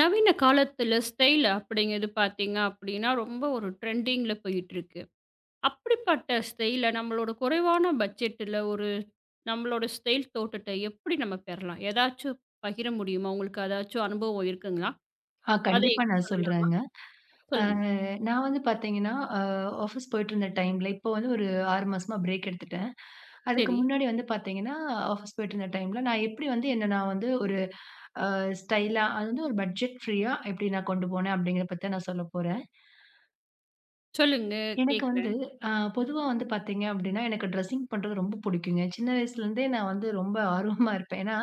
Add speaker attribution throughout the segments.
Speaker 1: நவீன காலத்துல ஸ்டைல் அப்படிங்கிறது பார்த்தீங்க அப்படின்னா, ரொம்ப ஒரு ட்ரெண்டிங்கில போயிட்டுருக்கு. அப்படிப்பட்ட ஸ்டைல நம்மளோட குறைவான பட்ஜெட்டில ஒரு நம்மளோட ஸ்டைல் தோற்றத்த எப்படி நம்ம பெறலாம்? ஏதாச்சும் பகிர முடியுமா? உங்களுக்கு ஏதாச்சும் அனுபவம் இருக்குங்களா?
Speaker 2: ஆ
Speaker 1: அத
Speaker 2: கண்டிப்பா
Speaker 1: என்கிட்ட
Speaker 2: நான்
Speaker 1: சொல்லுங்க.
Speaker 2: சொல்றேங்க. அ
Speaker 1: சொல்லுங்க.
Speaker 2: நான் வந்து பார்த்தீங்கன்னா, ஆஃபீஸ் போயிட்டுருந்த டைம்ல இப்போ வந்து ஒரு 6 மாசமா பிரேக் எடுத்துட்டேன். அதுக்கு
Speaker 1: சரி.
Speaker 2: முன்னாடி வந்து பார்த்தீங்கன்னா, ஆஃபீஸ் போயிட்டுருந்த டைம்ல நான் எப்படி வந்து என்ன நான் வந்து ஒரு அ ஸ்டைலா அது வந்து ஒரு பட்ஜெட் ஃப்ரீயா எப்படி நான் கொண்டு போனேன் அப்படிங்கிறத பத்தி தான் நான் சொல்லப்போறேன்.
Speaker 1: சொல்லுங்க,
Speaker 2: எனக்கு வந்து
Speaker 1: கேட்கிறேன்.
Speaker 2: அ பொதுவா வந்து பார்த்தீங்க அப்படின்னா, எனக்கு ட்ரெஸ்ஸிங் பண்றது ரொம்ப புடிக்குங்க. சின்ன வயசுலேருந்தே நான் வந்து ரொம்ப ஆர்வமா இருப்பேன். ஏன்னா,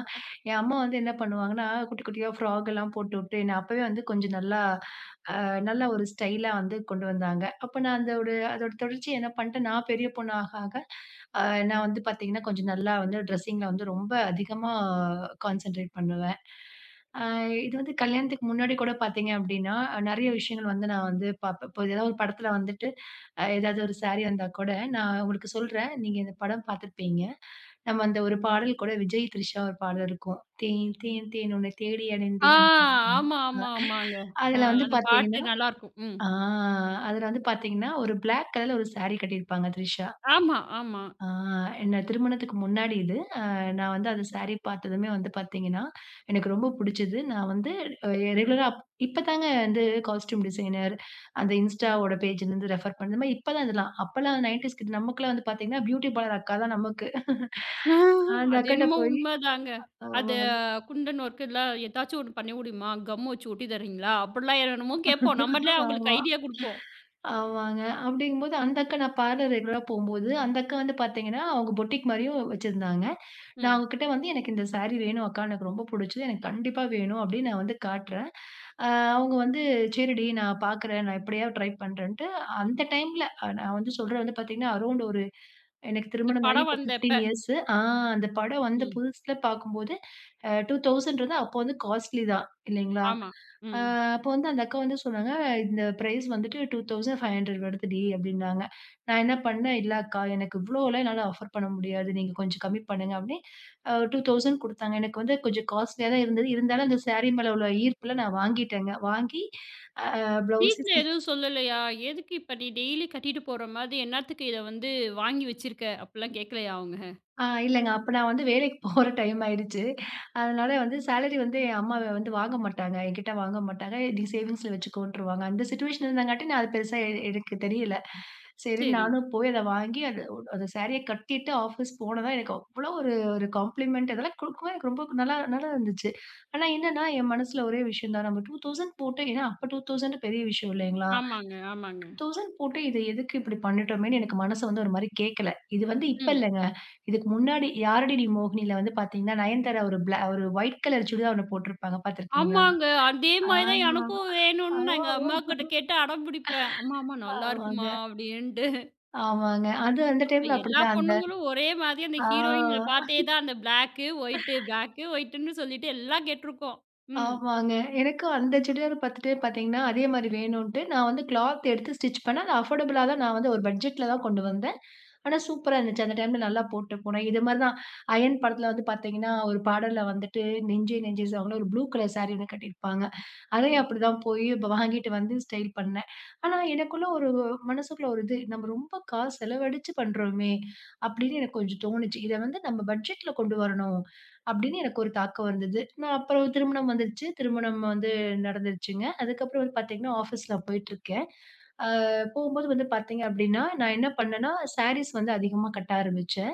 Speaker 2: என் அம்மா வந்து என்ன பண்ணுவாங்கன்னா, குட்டி குட்டியா ஃப்ராக் எல்லாம் போட்டுவுட்டு, என்ன அப்பவே வந்து கொஞ்சம் நல்லா நல்ல ஒரு ஸ்டைலா வந்து கொண்டு வந்தாங்க. அப்ப நான் அந்த ஒரு அதோட தொடர்ச்சி என்ன பண்ணிட்டேன், நான் பெரிய பொண்ணு ஆக ஆக, அ நான் வந்து பார்த்தீங்கன்னா, கொஞ்சம் நல்லா வந்து ட்ரெஸ்ஸிங்கில வந்து ரொம்ப அதிகமா கான்சன்ட்ரேட் பண்ணுவேன். அ இது வந்து கல்யாணத்துக்கு முன்னாடி கூட பார்த்தீங்க அப்டின்னா, நெறைய விஷயங்கள் வந்து நான் வந்து பார்ப்பேன். இப்போ ஏதாவது ஒரு படத்துல வந்துட்டு, ஏதாவது ஒரு சாரி வந்தா கூட, நான் உங்களுக்கு சொல்றேன். நீங்க இந்த படம் பார்த்துருப்பீங்க. நம்ம அந்த ஒரு பாடல் கூட விஜய், த்ரிஷா ஒரு பாடல் இருக்கும். தேன் தேன் தேன் உன்னை தேடி
Speaker 1: ஆ
Speaker 2: அடைந்தேன்.
Speaker 1: ஆமா, ஆமா, ஆமாங்க. அ
Speaker 2: அதுல வந்து
Speaker 1: அந்த பாட்டு
Speaker 2: பார்த்தீங்கன்னா
Speaker 1: நல்லாருக்கும். ம்.
Speaker 2: ஆ அதுல வந்து பாத்தீங்கன்னா, ஒரு பிளாக் கலர்ல ஒரு சாரி கட்டியிருப்பாங்க த்ரிஷா.
Speaker 1: ஆமா, ஆமா.
Speaker 2: ஆ என்ன திருமணத்துக்கு முன்னாடி இது. நான் வந்து அந்த சாரி பாத்ததுமே வந்து பாத்தீங்கன்னா, எனக்கு ரொம்ப புடிச்சது. நான் வந்து அ ரெகுலரா இப்பதாங்க வந்து காஸ்டியூம் டிசைனர், அந்த இன்ஸ்டாவோட பேஜ்லருந்து ரெஃபர் பண்ண இந்த மாரி இப்பதான் இதெல்லாம். அப்பலாம் 90ஸ் கிட் நமக்குலாம் வந்து பாத்தீங்கன்னா, பியூட்டி பார்லர் அக்கா தான் நமக்கு.
Speaker 1: ஆ
Speaker 2: அந்த
Speaker 1: அது
Speaker 2: அக்காட்ட
Speaker 1: என்னமோ
Speaker 2: போய்
Speaker 1: உண்மதாங்க. அத
Speaker 2: ஆமாங்க.
Speaker 1: குண்டன் ஒர்க்குல ஏதாச்சும் ஒண்ணு பண்ண முடியுமா? கம் வச்சு ஒட்டி தர்றீங்களா? அப்படிலாம் என்னென்னமோ கேட்போம். நம்மளே அவங்களுக்கு
Speaker 2: ஆமா.
Speaker 1: ஐடியா குடுப்போம்.
Speaker 2: ஆமாங்க. அப்படிங்கும்போது அந்த அக்கா நான் பார்லர் ரெகுலரா போம்போது, அந்த அக்கா வந்து பாத்தீங்கன்னா, அவங்க பொட்டிக் மாரியும் வச்சிருந்தாங்க. நான்
Speaker 1: ம்.
Speaker 2: அவங்ககிட்ட வந்து எனக்கு இந்த சாரி வேணும் அக்கா. எனக்கு ரொம்ப புடிச்சது. எனக்கு கண்டிப்பா வேணும் அப்படின்னு நான் வந்து காட்டுறேன். அ அவங்க வந்து சரிடி நான் பாக்குறேன். நான் எப்படியாவது ட்ரை பண்றேன்ட்டு அந்த டைம்ல நான் வந்து சொல்றது வந்து பாத்தீங்கன்னா, அரவுண்ட் ஒரு எனக்கு
Speaker 1: இந்த
Speaker 2: திருமணமாகி
Speaker 1: படம்
Speaker 2: இப்ப
Speaker 1: வந்தப்ப.
Speaker 2: 15 இயர்ஸ். ஆ அந்த படம் வந்த
Speaker 1: ம்.
Speaker 2: புதுசுல பாக்கும்போது 2000 வந்து அப்போ வந்து காஸ்ட்லி தான் இல்லைங்களா?
Speaker 1: ஆமா.
Speaker 2: அ
Speaker 1: ம்.
Speaker 2: அப்போ வந்து அந்த அக்கா வந்து சொன்னாங்க, "இந்த பிரைஸ் வந்துட்டு 2500 வருதுடி" அப்படின்னாங்க. நான் என்ன பண்ணேன், "இல்ல அக்கா எனக்கு இவ்ளோலாம் என்னால ஆஃபர் பண்ண முடியாது. நீங்க கொஞ்சம் கம்மி பண்ணுங்க" அப்படின்னு 2000 குடுத்தாங்க. எனக்கு வந்து கொஞ்சம் காஸ்ட்லியா தான் இருந்தது. இருந்தாலும் அந்த சாரி மேல உள்ள ஈர்ப்புல நான் வாங்கிட்டேங்க. வாங்கி அ ப்ளவுஸு
Speaker 1: வீட்ல
Speaker 2: ஸ்டிச்
Speaker 1: எதுவும் சொல்லலையா? எதுக்கு இப்ப நீ டெய்லி கட்டிட்டு போற மாதிரி என்னாத்துக்கு இத வந்து வாங்கி வச்சிருக்க? அப்படிலாம் கேட்கலையா அவங்க?
Speaker 2: இல்லங்க. அப்ப நான் வந்து வேலைக்கு போற டைம் ஆயிடுச்சு. அதனால வந்து சேலரி வந்து என் அம்மா வந்து வாங்க மாட்டாங்க. என்கிட்ட வாங்க மாட்டாங்க. "நீ சேவிங்ஸ்ல வச்சுக்கோன்ருவாங்க." அந்த சிச்சுவேஷன் இருந்தங்காட்டி நான் அது பெருசா எனக்கு தெரியல. சரின்னு
Speaker 1: சரி.
Speaker 2: நானும் போய் அத வாங்கி அது அந்த சாரிய கட்டிட்டு ஆஃபீஸ் போனதா எனக்கு அவ்ளோ ஒரு ஒரு காம்ப்ளிமெண்ட் இதெல்லாம் குடுக்கவும் எனக்கு ரொம்ப நல்லா நல்லா இருந்துச்சு. ஆனா என்னன்னா, என் மனசுல ஒரே விஷயம் தான். நம்ம 2000 போட்டு ஏன்னா அப்ப 2000 பெரிய விஷயம் இல்லைங்களா?
Speaker 1: ஆமாங்க, ஆமாங்க.
Speaker 2: 2000 போட்டு இது எதுக்கு இப்படி பண்ணிட்டோமேன்னு எனக்கு மனசு வந்து ஒரு மாரி கேட்கல. இது வந்து இப்ப
Speaker 1: ம்.
Speaker 2: இல்லங்க. இதுக்கு முன்னாடி "யாரடி நீ மோகினில" வந்து பார்த்தீங்கன்னா, நயன்தாரா ஒரு ஒயிட் கலர் சுடிதார் ஒண்ணு போட்டிருப்பாங்க பார்த்திருக்கீங்களா?
Speaker 1: ஆமாங்க. அதே
Speaker 2: ஆ.
Speaker 1: மாரி தான் எனக்கும் வேணும்னு நான் எங்க
Speaker 2: ஓ!
Speaker 1: அம்மாகிட்ட கேட்டு அடம் பிடிப்பேன். அம்மா, அம்மா
Speaker 2: ஆமாங்க.
Speaker 1: நல்லாருக்குமா? அப்படின்ட்டு.
Speaker 2: ஆமாங்க. அது அந்த
Speaker 1: அப்ப
Speaker 2: டைம்ல
Speaker 1: எல்லா
Speaker 2: அப்படிதான் அந்த
Speaker 1: பொண்ணுங்களும் ஒரே மாதிரி அந்த ஹீரோயின்ல
Speaker 2: ஆ.
Speaker 1: பார்த்தே தான் அந்த பிளாக்கு, ஒயிட்டு, பிளாக்கு, ஒயிட்டுன்னு சொல்லிட்டு எல்லாம் கேட்டுருக்கோம். ம்,
Speaker 2: ஆமாங்க. எனக்கும் அந்த சுடிதார் பாத்துட்டு பாத்தீங்கன்னா, அதே மாரி வேணுன்ட்டு நான் வந்து கிளாத் எடுத்து ஸ்டிச் பண்ணேன். அது அஃபோர்டபுளா தான் நான் வந்து ஒரு பட்ஜெட்ல தான் கொண்டு வந்தேன். ஆனா சூப்பரா இருந்துச்சு. அந்த டைம்ல நல்லா போட்டு போனேன். இது மாரி தான் அயன் படத்துல வந்து பாத்தீங்கன்னா, ஒரு பாடல்ல வந்துட்டு நெஞ்சே நெஞ்சே சாங்ல ஒரு ப்ளூ கலர் சாரி ஒண்ணு கட்டியிருப்பாங்க. அதையும்
Speaker 1: ம்.
Speaker 2: அப்படிதான் போய் இப்ப வாங்கிட்டு வந்து ஸ்டைல் பண்ணேன். ஆனா எனக்குள்ள ஒரு மனசுக்குள்ள ஒரு இது, "நம்ம ரொம்ப காசு செலவழிச்சு பண்றோமே!" அப்படின்னு எனக்கு கொஞ்சம் தோணுச்சு. இத வந்து நம்ம பட்ஜெட்ல கொண்டு வரணும். அப்படின்னு எனக்கு ஒரு தாக்கம் வந்தது. நான் அப்புறம் திருமணம் வந்துருச்சு. திருமணம் வந்து நடந்துருச்சுங்க. அதுக்கப்புறம் வந்து பார்த்தீங்கன்னா, ஆஃபீஸ் நான் போயிட்டுருக்கேன். அ போகும்போது வந்து பார்த்தீங்க அப்படின்னா, நான் என்ன பண்ணேன்னா, சாரீஸ் வந்து அதிகமா கட்ட ஆரம்பிச்சேன்.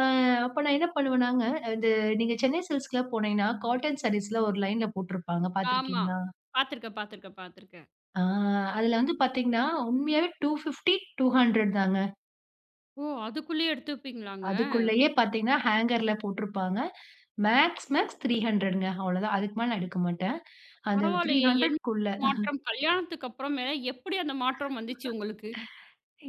Speaker 2: அ அப்ப நான் என்ன பண்ணுவேனாங்க, இந்த நீங்க சென்னை சில்க்ஸ்லாம் போனீங்கன்னா, காட்டன் சாரீஸ்லாம் ஒரு லைன்ல போட்டிருப்பாங்க.
Speaker 1: ஆமா.
Speaker 2: பார்த்துருக்கீங்களா?
Speaker 1: பார்த்துருக்கேன், பார்த்துருக்கேன், பார்த்துருக்கேன்.
Speaker 2: ஆ அதில வந்து பார்த்தீங்கன்னா, உண்மையாவே 250, 200 தாங்க.
Speaker 1: ஓ! அதுக்குள்ளயே எடுத்து வைப்பீங்களாங்க?
Speaker 2: அதுக்குள்ளயே பார்த்தீங்கன்னா, ஹேங்கர்ல போட்டிருப்பாங்க. மேக்ஸ், மேக்ஸ் 300ங்க அவ்வளோதான். அதுக்கு மேல நான் எடுக்க மாட்டேன். அந்த
Speaker 1: பரவாயில்லையே! என்ன
Speaker 2: 300க்குள்ள.
Speaker 1: ஒரு மாற்றம்? கல்யாணத்துக்கு அப்புறமே எப்படி அந்த மாற்றம் வந்துச்சு உங்களுக்கு?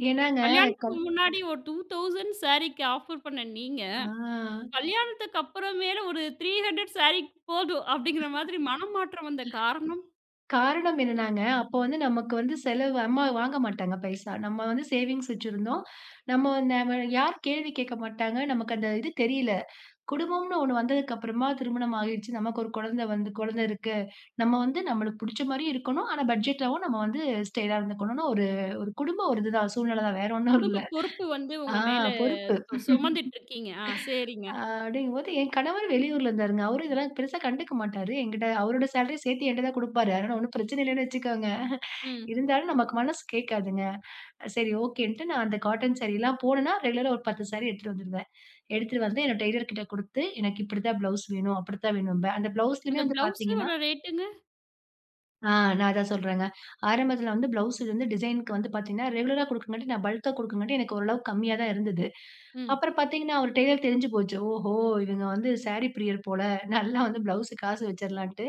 Speaker 2: ஏன்னாங்க,
Speaker 1: கல்யாணத்துக்கு
Speaker 2: கல்
Speaker 1: முன்னாடி ஒரு 2000 சாரீக்கு ஆஃபர் பண்ண நீங்க,
Speaker 2: ஆ
Speaker 1: கல்யாணத்துக்கு அப்புறமேல ஒரு 300 சாரீ போதும் அப்படிங்கிற மாதிரி மனமாற்றம் வந்த காரணம்,
Speaker 2: காரணம் என்னன்னாங்க, அப்போ வந்து நமக்கு வந்து செலவு அம்மா வாங்க மாட்டாங்க பைசா. நம்ம வந்து சேவிங்ஸ் வச்சிருந்தோம். நம்ம யாரும் கேள்வி கேட்க மாட்டாங்க. நமக்கு அந்த இது தெரியல. குடும்பம்னு ஒண்ணு வந்ததுக்கப்புறமா திருமணம் ஆகிடுச்சு. நமக்கு ஒரு குழந்தை வந்து குழந்தை இருக்கு. நம்ம வந்து நம்மளுக்கு புடிச்ச மாரியும் இருக்கணும். ஆனா பட்ஜெட்லவும் நம்ம வந்து ஸ்டைலா இருந்துக்கணும்னு ஒரு ஒரு குடும்ப ஒரு இதுதான் சூழ்நிலை தான். வேற ஒண்ணும்
Speaker 1: குடும்ப
Speaker 2: இல்ல.
Speaker 1: பொறுப்பு வந்து உங்க
Speaker 2: ஆ
Speaker 1: மேல
Speaker 2: பொறுப்பு.
Speaker 1: சுமந்துட்டு இருக்கீங்க. ஆ சரிங்க.
Speaker 2: அ அப்படிங்கும்போது என் கணவர் வெளியூர்ல இருந்தாருங்க. அவரு இதெல்லாம் பெருசா கண்டுக்க மாட்டாரு. என்கிட்ட அவரோட சேலரிய சேர்த்து என்ட்ட தான் குடுப்பாரு. அதனால ஒண்ணும் பிரச்சனை இல்லன்னு வச்சுக்கோங்க.
Speaker 1: ம்.
Speaker 2: இருந்தாலும் நமக்கு மனசு கேட்காதுங்க. சரி ஓகேன்ட்டு நான் அந்த காட்டன் சாரீலாம் போனேன்னா, ரெகுலரா ஒரு 10 சாரீ எடுத்துட்டு வந்துருவேன். எடுத்துட்டு வந்து என்னோட டெய்லர் கிட்ட குடுத்து, எனக்கு இப்படித்தான் ப்ளவுஸ் வேணும், அப்படித்தான் வேணும்பேன். அந்த ப்ளவுஸ்லயுமே
Speaker 1: அந்த
Speaker 2: வந்து பார்த்தீங்கன்னா
Speaker 1: பிளவுஸோட ரேட்டுங்க?
Speaker 2: ஆ நான் அதான் சொல்றேங்க. ஆரம்பத்துல வந்து ப்ளவுஸ் வந்து டிசைனுக்கு வந்து பார்த்தீங்கன்னா, ரெகுலரா குடுக்கங்காட்டி நான் பல்க்கா குடுக்கங்காட்டி எனக்கு ஓரளவு கம்மியா தான் இருந்தது.
Speaker 1: ம்.
Speaker 2: அப்புறம் பார்த்தீங்கன்னா, அவரு டெய்லர் தெரிஞ்சு போச்சு. ஓஹோ! இவங்க வந்து சாரீ பிரியர் போல. நல்லா வந்து ப்ளவுஸு காசு வச்சிரலான்ட்டு,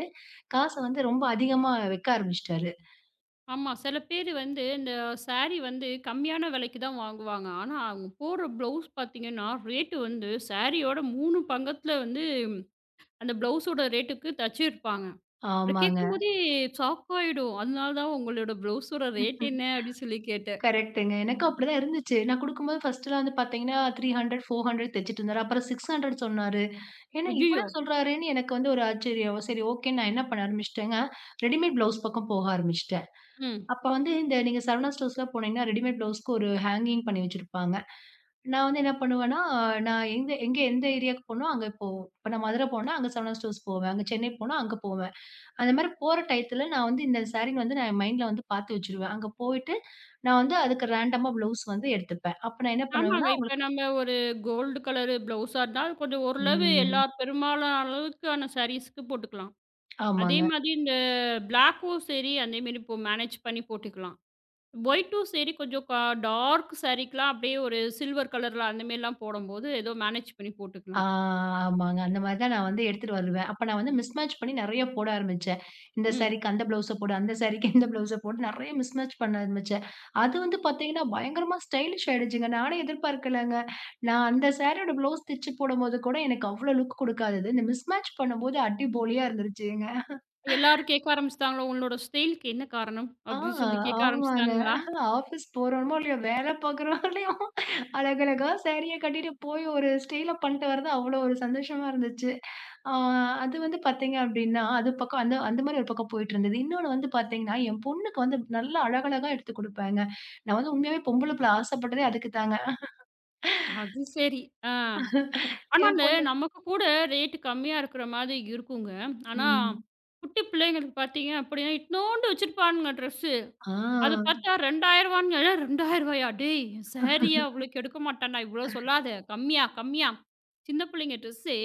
Speaker 2: காச வந்து ரொம்ப அதிகமா வைக்க ஆரம்பிச்சுட்டாரு.
Speaker 1: ஆமா. சில பேரு வந்து இந்த சாரி வந்து கம்மியான விலைக்கு தான் வாங்குவாங்க. ஆனா, அவங்க போடுற பிளவுஸ் பார்த்தீங்கன்னா, ரேட்டு வந்து சாரியோட 3 பங்கத்துல வந்து அந்த பிளவுஸோட ரேட்டுக்கு தச்சிருப்பாங்க. அத
Speaker 2: ஆமாங்க.
Speaker 1: கேட்கும்போதே ஷாக் ஆயிடும். அதனால தான் உங்களோட பிளவுஸோட ரேட் என்ன? அப்படின்னு சொல்லி கேட்டேன்.
Speaker 2: கரெக்ட்டுங்க. எனக்கும் அப்படிதான் இருந்துச்சு. நான் குடுக்கும்போது ஃபர்ஸ்ட்லாம் வந்து பார்த்தீங்கன்னா, 300, 400 தச்சுட்டு இருந்தாரு. அப்புறம் 600 சொன்னாரு. ஏன்னா இவ்வளோ
Speaker 1: ஐய்யயோ!
Speaker 2: சொல்றாரேன்னு எனக்கு வந்து ஒரு ஆச்சரியம். சரி ஓகேன்னு நான் என்ன பண்ண ஆரம்பிச்சுட்டேங்க, ரெடிமேட் ப்ளவுஸ் பக்கம் போக ஆரம்பிச்சுட்டேன்.
Speaker 1: ம்.
Speaker 2: அப்ப வந்து இந்த நீங்க சரவணா ஸ்டோர்ஸ்லாம் போனீங்கன்னா, ரெடிமேட் ப்ளவுஸ்க்கு ஒரு ஹேங்கிங் பண்ணி வச்சிருப்பாங்க. நான் வந்து என்ன பண்ணுவேன்னா, நான் எங்க எங்க எந்த ஏரியாவுக்கு போனோ அங்க இப்போ இப்ப நான் மதுரை போனா, அங்க சரவணா ஸ்டோர்ஸ் போவேன். அங்க சென்னை போனா அங்க போவேன். அந்த மாரி போற டயத்துல நான் வந்து இந்த சாரீன்னு வந்து நான் என் மைண்ட்ல வந்து பாத்து வச்சுருவேன். அங்க போயிட்டு நான் வந்து அதுக்கு ரேண்டமா ப்ளவுஸ் வந்து எடுத்துப்பேன். அப்ப நான் என்ன
Speaker 1: ஆமாங்க.
Speaker 2: பண்ணுவேன்னா,
Speaker 1: இப்ப
Speaker 2: உங்களுக்கு
Speaker 1: நம்ம ஒரு கோல்டு கலரு பிளவுஸா இருந்தா, அது கொஞ்சம் ஓரளவு எல்லா
Speaker 2: ம்.
Speaker 1: பெரும்பாலான அளவுக்கான சாரீஸ்க்கு போட்டுக்கலாம். அதே
Speaker 2: ஆமாங்க.
Speaker 1: மாதிரி இந்த பிளாக்கும் சரி, அதே மாரி இப்போ மேனேஜ் பண்ணி போட்டுக்கலாம். ஒயிட்டும் சரி, கொஞ்சம் டார்க் சாரீக்கெல்லாம் அப்படியே ஒரு சில்வர் கலர்ல அந்த மாரிலாம் போடம்போது, ஏதோ மேனேஜ் பண்ணி
Speaker 2: ஆ
Speaker 1: போட்டுக்கலாம்.
Speaker 2: ஆமாங்க. அந்த மாரி தான் நான் வந்து எடுத்துட்டு வருவேன். அப்ப நான் வந்து மிஸ்மேட்ச் பண்ணி நெறைய போட ஆரம்பிச்சேன். இந்த
Speaker 1: ம்.
Speaker 2: சாரீக்கு அந்த ப்ளவுஸ போடு, அந்த சாரீக்கு இந்த ப்ளவுஸ போட்டு நெறைய மிஸ்மேட்ச் பண்ண ஆரம்பிச்சேன். அது வந்து பாத்தீங்கன்னா, பயங்கரமா ஸ்டைலிஷ் ஆயிடுச்சுங்க. நானே எதிர்பார்க்கலங்க. நான் அந்த சாரியோட ப்ளவுஸ் தச்சு போடும்போது கூட எனக்கு அவ்ளோ லுக் குடுக்காதது. இந்த மிஸ்மேட்ச் பண்ணும்போது அடிபோலியா இருந்துருச்சுங்க.
Speaker 1: எல்லாரும் கேட்க ஆரம்பிச்சுட்டாங்களா, "உங்களோட ஸ்டைலுக்கு என்ன காரணம்?"
Speaker 2: ஆ,
Speaker 1: அப்படின்னு சொல்லி கேட்க
Speaker 2: ஆமாங்க.
Speaker 1: ஆரம்பிச்சுட்டாங்களா?
Speaker 2: ஆஃபீஸ் போறோமோ இல்லையோ, வேலை பார்க்குறோமோ இல்லையோ, அழகழகா சாரிய கட்டிட்டு போய் ஒரு ஸ்டைலா பண்ணிட்டு வர்றது அவ்வளோ ஒரு சந்தோஷமா இருந்துச்சு. ஆ அது வந்து பார்த்தீங்க அப்டின்னா, அது பக்கம் அந்த அந்த மாரி ஒரு பக்கம் போயிட்டுருந்தது. இன்னொன்னு வந்து பார்த்தீங்கன்னா, என் பொண்ணுக்கு வந்து நல்லா அழகழகா எடுத்து குடுப்பேங்க. நான் வந்து உண்மையாவே பொம்பள புள்ள ஆசைப்பட்டதே அதுக்கு தாங்க.
Speaker 1: அது சரி. ஆ. ஆனா
Speaker 2: என்
Speaker 1: அந்த
Speaker 2: பொண்ணு
Speaker 1: நமக்கு கூட ரேட் கம்மியா இருக்கிற மாதிரி இருக்குங்க. ஆனா,
Speaker 2: ம்.
Speaker 1: குட்டி பிள்ளைங்களுக்கு பார்த்தீங்க அப்படின்னா, இத்துணூண்டு வச்சிருப்பானுங்க ட்ரெஸ்.
Speaker 2: ஆ
Speaker 1: அது பார்த்தா ரூ. 2000 ஏ ரூ. 2000 டேய்! சாரியா அவ்வளோக்கு எடுக்க மாட்டான்டா, இவ்வளோ சொல்லாத. கம்மியா, கம்மியா. சின்ன புள்ளைங்க ட்ரெஸ்ஸு ரூ.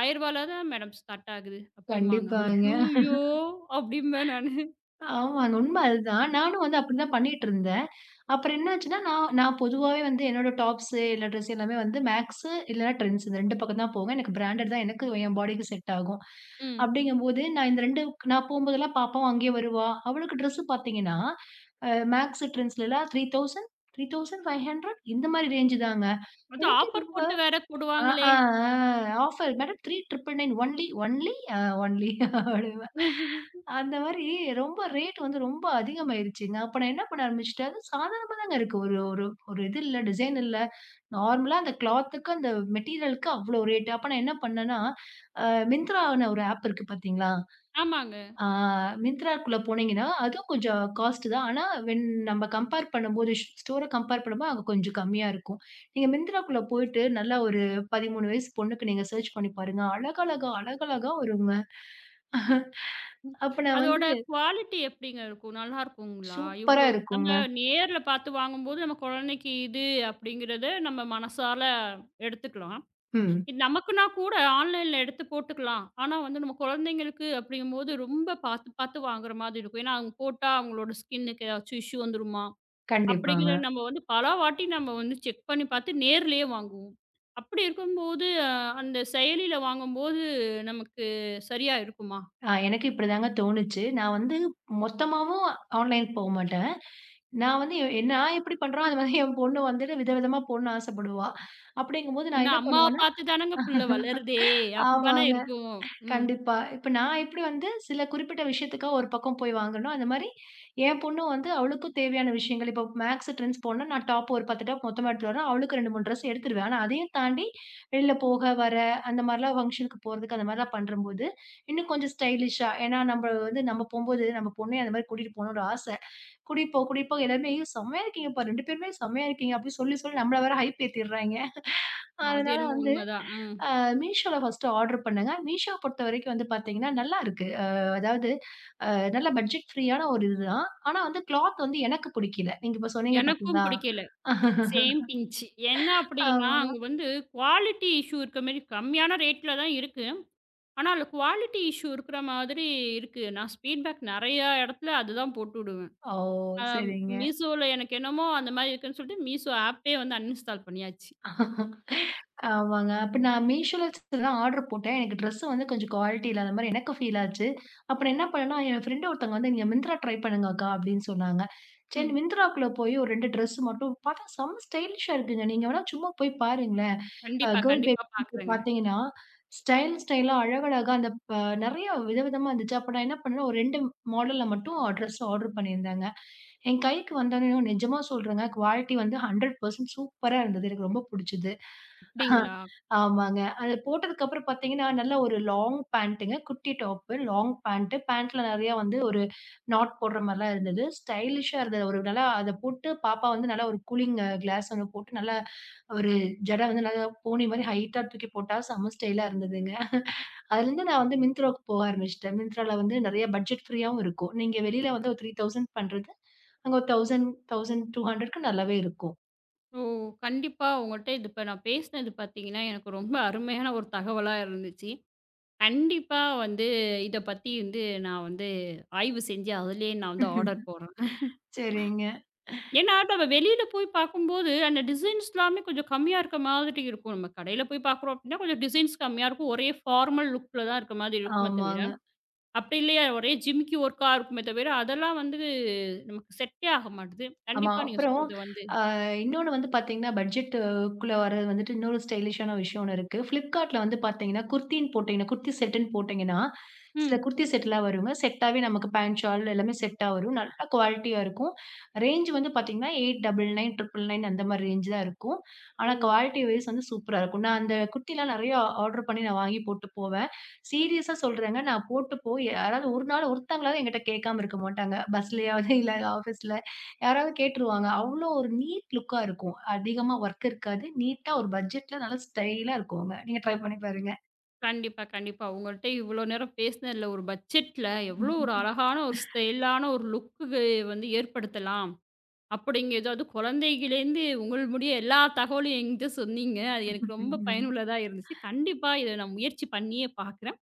Speaker 1: 1000ல தான் மேடம் ஸ்டார்ட் ஆகுது அப்டிம்பாங்க.
Speaker 2: கண்டிப்பாங்க.
Speaker 1: ஐய்யய்யோ! அப்டிம்பேன் நானு.
Speaker 2: ஆமாங்க. உண்ம அதுதான். நானும் வந்து அப்டிதான் பண்ணிட்டுருந்தேன். அப்புறம் என்னாச்சுன்னா, நான் நான் பொதுவாவே வந்து என்னோட டாப்ஸு, இல்ல ட்ரெஸ் எல்லாமே வந்து மேக்ஸு இல்லன்னா ட்ரெண்ட்ஸ் இந்த 2 பக்கம் தான் போவேன். எனக்கு பிராண்டட் தான் எனக்கு என் பாடிக்கு செட் ஆகும்.
Speaker 1: ம்.
Speaker 2: அப்படிங்கும்போது, நான் இந்த 2 நான் போம்போதெல்லாம் பாப்பாவும் அங்கேயே வருவா. அவளுக்கு ட்ரெஸ் பார்த்தீங்கன்னா, மேக்ஸு, ட்ரெண்ட்ஸ்லலாம் 3000 3500 இந்த மாரி ரேஞ்சு தாங்க.
Speaker 1: அதும்
Speaker 2: எனக்கே
Speaker 1: ஆஃபர்
Speaker 2: ரொம்ப
Speaker 1: போட்டு வேற
Speaker 2: ஆ,
Speaker 1: போடுவாங்களே.
Speaker 2: ஆ, ஆ offer madam 3999 only only uh only அந்த மாரி ரொம்ப ரேட் வந்து ரொம்ப அதிகமாயிருச்சுங்க. அப்ப நான் என்ன பண்ண ஆரம்பிச்சுட்டேன், அது சாதாரணமா தாங்க இருக்கு. ஒரு ஒரு ஒரு இது இல்ல, டிசைன் இல்ல. நார்மலா அந்த கிளாத்துக்கு, அந்த மெட்டீரியலுக்கு அவ்ளோ ரேட். அப்ப நான் என்ன பண்ணேன்னா, அ மிந்த்ரான்னு ஒரு ஆப் இருக்கு பார்த்தீங்களா?
Speaker 1: ஆமாங்க.
Speaker 2: ஆ மிந்த்ராக்குள்ள போனீங்கன்னா, அதுவும் கொஞ்சம் காஸ்ட் தான். ஆனா நம்ம கம்பேர் பண்ணும்போது, ஸ்டோர கம்பேர் பண்ணும்போது அங்க கொஞ்சம் கம்மியா இருக்கும். நீங்க மிந்த்ராக்குள்ள போயிட்டு, நல்லா ஒரு 13 வயசு பொண்ணுக்கு நீங்க சர்ச் பண்ணி பாருங்க. அழகழகா, அழகழகா வருங்க. அப்ப நான் வந்து
Speaker 1: அதோட குவாலிட்டி எப்டிங்க இருக்கும்? நல்லா இருக்குங்களா?
Speaker 2: சூப்பரா
Speaker 1: இவ்ளோ நம்ம
Speaker 2: இருக்குங்க.
Speaker 1: நேர்ல பார்த்து வாங்கும்போது, நம்ம குழந்தைக்கு இது அப்டிங்கிறத நம்ம மனசால எடுத்துக்கலாம்.
Speaker 2: ம்.
Speaker 1: இது நமக்குன்னா கூட ஆன்லைன்ல எடுத்து போட்டுக்கலாம். ஆனா வந்து நம்ம குழந்தைங்களுக்கு அப்படிங்கும்போது ரொம்ப பார்த்து, பார்த்து வாங்குற மாதிரி இருக்கும். ஏன்னா, அவங்க போட்டா அவங்களோட ஸ்கின்னுக்கு ஏதாச்சும் இஷ்யூ வந்துருமா? அப்படிங்கிற
Speaker 2: கண்டிப்பாங்க.
Speaker 1: நம்ம வந்து பலவாட்டி நம்ம வந்து செக் பண்ணி பார்த்து நேர்லயே வாங்குவோம். அப்படி இருக்கும்போது அந்த செயலியில வாங்கும்போது நமக்கு சரியா இருக்குமா?
Speaker 2: எனக்கு இப்படிதாங்க தோணுச்சு. நான் வந்து மொத்தமாவும் ஆன்லைனுக்கு போமாட்டேன். நான் வந்து நான் எப்படி பண்றோம், அது மாதிரி என் பொண்ணு வந்துட்டு விதவிதமா போடணும்னு ஆசைப்படுவா. அப்படிங்கும்போது நான்
Speaker 1: ஏன்னா
Speaker 2: என்ன
Speaker 1: அம்மாவ
Speaker 2: பண்ணுவேன்னா
Speaker 1: பார்த்து தானங்க புள்ள வளருதே! அப்படிதானே
Speaker 2: ஆமாங்க.
Speaker 1: இருக்கும். ம்.
Speaker 2: கண்டிப்பா. இப்ப நான் எப்படி வந்து சில குறிப்பிட்ட விஷயத்துக்காக ஒரு பக்கம் போய் வாங்கணும், அந்த மாரி என் பொண்ணும் வந்து அவளுக்கும் தேவையான விஷயங்கள், இப்போ மேக்ஸ் ட்ரெண்ட்ஸ் போடணும்னா, நான் டாப் ஒரு 10 டாப் மொத்தமா எடுத்துட்டு வரேன். அவளுக்கு 2, 3 ட்ரெஸ் எடுத்துருவேன். ஆனா அதையும் தாண்டி வெளில போக, வர அந்த மாரிலாம் ஃபங்ஷனுக்கு போறதுக்கு அந்த மாரிலாம் பண்றம்போது, இன்னும் கொஞ்சம் ஸ்டைலிஷா ஏன்னா நம்ம வந்து நம்ம போம்போது நம்ம பொண்ணையும் அந்த மாரி கூட்டிட்டு போகணும்னு ஆச. கூட்டிட்டு போக, கூட்டிட்டு போக எல்லாருமே, "ஐயோ! செம்மையா இருக்கீங்கப்பா! 2 பேருமே செம்மையா இருக்கீங்க" அப்படின்னு சொல்லி சொல்லி நம்மள வேற ஹைப் ஏத்திடுறாய்ங்க.
Speaker 1: அது
Speaker 2: அதனால
Speaker 1: என்னமோ
Speaker 2: வந்து
Speaker 1: உண்மதான். ம்.
Speaker 2: அ மீஷோல ஃபர்ஸ்ட்டு ஆர்டர் பண்ணேங்க. மீஷோ பொறுத்தவரைக்கும் வந்து பார்த்தீங்கன்னா, நல்லாருக்கு. அதாவது அ நல்ல பட்ஜெட் ஃப்ரீயான ஒரு இதுதான். ஆனா வந்து கிளாத் வந்து எனக்கு புடிக்கல. நீங்க இப்ப சொன்னீங்க
Speaker 1: எனக்கும்
Speaker 2: பார்த்தீங்களா?
Speaker 1: பிடிக்கல. Same pinch. என்ன அப்டின்னா,
Speaker 2: ஆமா.
Speaker 1: அங்க வந்து குவாலிட்டி இஷ்யூ இருக்க மாரி கம்மியான ரேட்ல தான் இருக்கு. ஆனா, அதுல குவாலிட்டி இஷ்யூ இருக்கிற மாதிரி இருக்கு. நான் ஃபீட்பேக் நெறைய இடத்துல அதுதான் போட்டுடுவேன்.
Speaker 2: ஓ!
Speaker 1: அ
Speaker 2: சரிங்க.
Speaker 1: மீஷோல எனக்கு என்னமோ அந்த மாரி இருக்குன்னு சொல்லிட்டு மீஷோ ஆப்பே வந்து அன்இன்ஸ்டால் பண்ணியாச்சு.
Speaker 2: ஆமாங்க. அப்ப நான் மீஷோல தான் ஆர்டர் போட்டேன். எனக்கு ட்ரெஸ் வந்து கொஞ்சம் குவாலிட்டி இல்லாத மாரி எனக்கு ஃபீல் ஆச்சு. அப்புறம் என்ன பண்ணேன்னா, என் ஃப்ரெண்ட் ஒருத்தவங்க வந்து "நீங்க மிந்த்ரா ட்ரை பண்ணுங்க அக்கா" அப்படின்னு சொன்னாங்க. சரி
Speaker 1: ம்.
Speaker 2: மிந்த்ராக்குள்ள போய் ஒரு 2 ட்ரெஸ் மட்டும் பார்த்தா செம்ம ஸ்டைலிஷா இருக்குங்க. நீங்க வேணா சும்மா போய் பாருங்களேன்.
Speaker 1: கண்டிப்பா,
Speaker 2: கேர்ல்
Speaker 1: கண்டிப்பா
Speaker 2: பேபிக்கு
Speaker 1: பாக்குறேங்க.
Speaker 2: பார்த்தீங்கன்னா, ஸ்டைலா அழகழகா அந்த நெறைய விதவிதமா இருந்துச்சு. அப்ப நான் என்ன பண்ணேன்னா, ஒரு 2 மாடல்ல மட்டும் ட்ரெஸ் ஆர்டர் பண்ணியிருந்தேங்க. என் கைக்கு வந்தோனே, நிஜமா சொல்றேங்க குவாலிட்டி வந்து 100% சூப்பரா இருந்தது. எனக்கு ரொம்ப புடிச்சது.
Speaker 1: அப்டிங்களா?
Speaker 2: ஆமாங்க. அது போட்டதுக்கப்புறம் பார்த்தீங்கன்னா, நல்ல ஒரு லாங் பேண்ட்டுங்க. குட்டி டாப்பு, லாங் பேண்ட்டு. பேண்ட்ல நெறையா வந்து ஒரு நாட் போடுற மாரிலாம் இருந்தது. ஸ்டைலிஷ்ஷா இருந்தது. ஒரு நல்லா அத போட்டு பாப்பா வந்து நல்லா ஒரு கூலிங் கிளாஸ் ஒண்ணு போட்டு, நல்லா ஒரு ஜட வந்து நல்லா போனி மாரி ஹைட்டா தூக்கி போட்டா செம்ம ஸ்டைலா இருந்ததுங்க. அதுலேருந்து நான் வந்து மிந்த்ராவுக்கு போக ஆரம்பிச்சுட்டேன். மிந்த்ரால வந்து நெறைய பட்ஜெட் ஃப்ரீயாவும் இருக்கும். நீங்க வெளியில வந்து ஒரு 3000 பண்றது, அங்க ஒரு 1000, 1200க்கு நல்லாவே இருக்கும்.
Speaker 1: ஓ! கண்டிப்பா உங்கள்ட்ட இது இப்ப நான் பேசினது பார்த்தீங்கன்னா, எனக்கு ரொம்ப அருமையான ஒரு தகவலா இருந்துச்சு. கண்டிப்பா வந்து இத பத்தி வந்து நான் வந்து ஆய்வு செஞ்சு அதிலேயே நான் வந்து ஆர்டர் போடுறேன்.
Speaker 2: சரிங்க.
Speaker 1: ஏன்னா, நம்ம வெளியில போய் பார்க்கும்போது, அந்த டிசைன்ஸ் எல்லாமே கொஞ்சம் கம்மியா இருக்க மாதிரி இருக்கும். நம்ம கடையில போய் பார்க்குறோம் அப்டின்னா, கொஞ்சம் டிசைன்ஸ் கம்மியா இருக்கும். ஒரே ஃபார்மல் லுக்ல தான் இருக்க மாதிரி இருக்குமே தவிர,
Speaker 2: ஆமாங்க.
Speaker 1: அப்டி இல்லையா ஒரே ஜிமிக்கி ஒர்க்கா இருக்குமே தவிர, அதெல்லாம் வந்து நமக்கு செட்டே ஆக மாட்டுது.
Speaker 2: ஆமா.
Speaker 1: கண்டிப்பா நீங்க
Speaker 2: அப்புறம்
Speaker 1: சொல்றது வந்து
Speaker 2: அ இன்னொன்னு வந்து பார்த்தீங்கன்னா, பட்ஜெட் க்குள்ள வர்றது வந்துட்டு இன்னொரு ஸ்டைலிஷான விஷயம் ஒண்ணு இருக்கு. Flipkartல வந்து பார்த்தீங்கன்னா, குர்தின்னு போட்டீங்கன்னா, குர்தி செட்டுன்னு போட்டீங்கன்னா, சில
Speaker 1: ம்.
Speaker 2: குர்தி செட்லாம் வருங்க. செட்டாவே நமக்கு பேண்ட், ஷால் எல்லாமே செட்டா வரும். நல்லா குவாலிட்டியா இருக்கும். ரேஞ்ச் வந்து பார்த்தீங்கன்னா, 899, 999 அந்த மாரி ரேஞ்ச் தான் இருக்கும். ஆனா
Speaker 1: ம்.
Speaker 2: குவாலிட்டி வைஸ் வந்து சூப்பரா இருக்கும். நான் அந்த குர்திலாம் நெறையா ஆர்டர் பண்ணி நான் வாங்கி போட்டு போவேன். சீரியஸா சொல்றேங்க. நான் போட்டு போய் யாராவது ஒரு நாள் ஒருத்தங்களாவது என்கிட்ட கேட்காம இருக்க மாட்டாங்க. பஸ்லயாவது இல்ல ஆஃபீஸ்ல யாராவது கேட்டுருவாங்க. அவ்ளோ ஒரு நீட் லுக்கா இருக்கும். அதிகமா வொர்க் இருக்காது. நீட்டா ஒரு பட்ஜெட்ல நல்லா ஸ்டைலா இருக்குங்க. நீங்க ட்ரை பண்ணி பாருங்க.
Speaker 1: கண்டிப்பா, கண்டிப்பா. உங்கள்ட்ட இவ்ளோ நேரம் பேசினதுல ஒரு பட்ஜெட்ல எவ்ளோ ஒரு அழகான ஒரு ஸ்டைலான ஒரு லுக்கு வந்து ஏற்படுத்தலாம். அப்படிங்க ஏதாவது குழந்தையிலேருந்து உங்கள் முடிய எல்லா தகவலும் என்கிட்ட சொன்னீங்க. அது எனக்கு ரொம்ப
Speaker 2: ம்.
Speaker 1: பயனுள்ளதா இருந்துச்சு. கண்டிப்பா இத நான் முயற்சி பண்ணியே பார்க்குறேன்.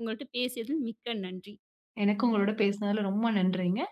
Speaker 1: உங்கள்ட்ட பேசியதில் மிக்க நன்றி.
Speaker 2: எனக்கும் உங்களோட பேசுனதுல ரொம்ப நன்றிங்க.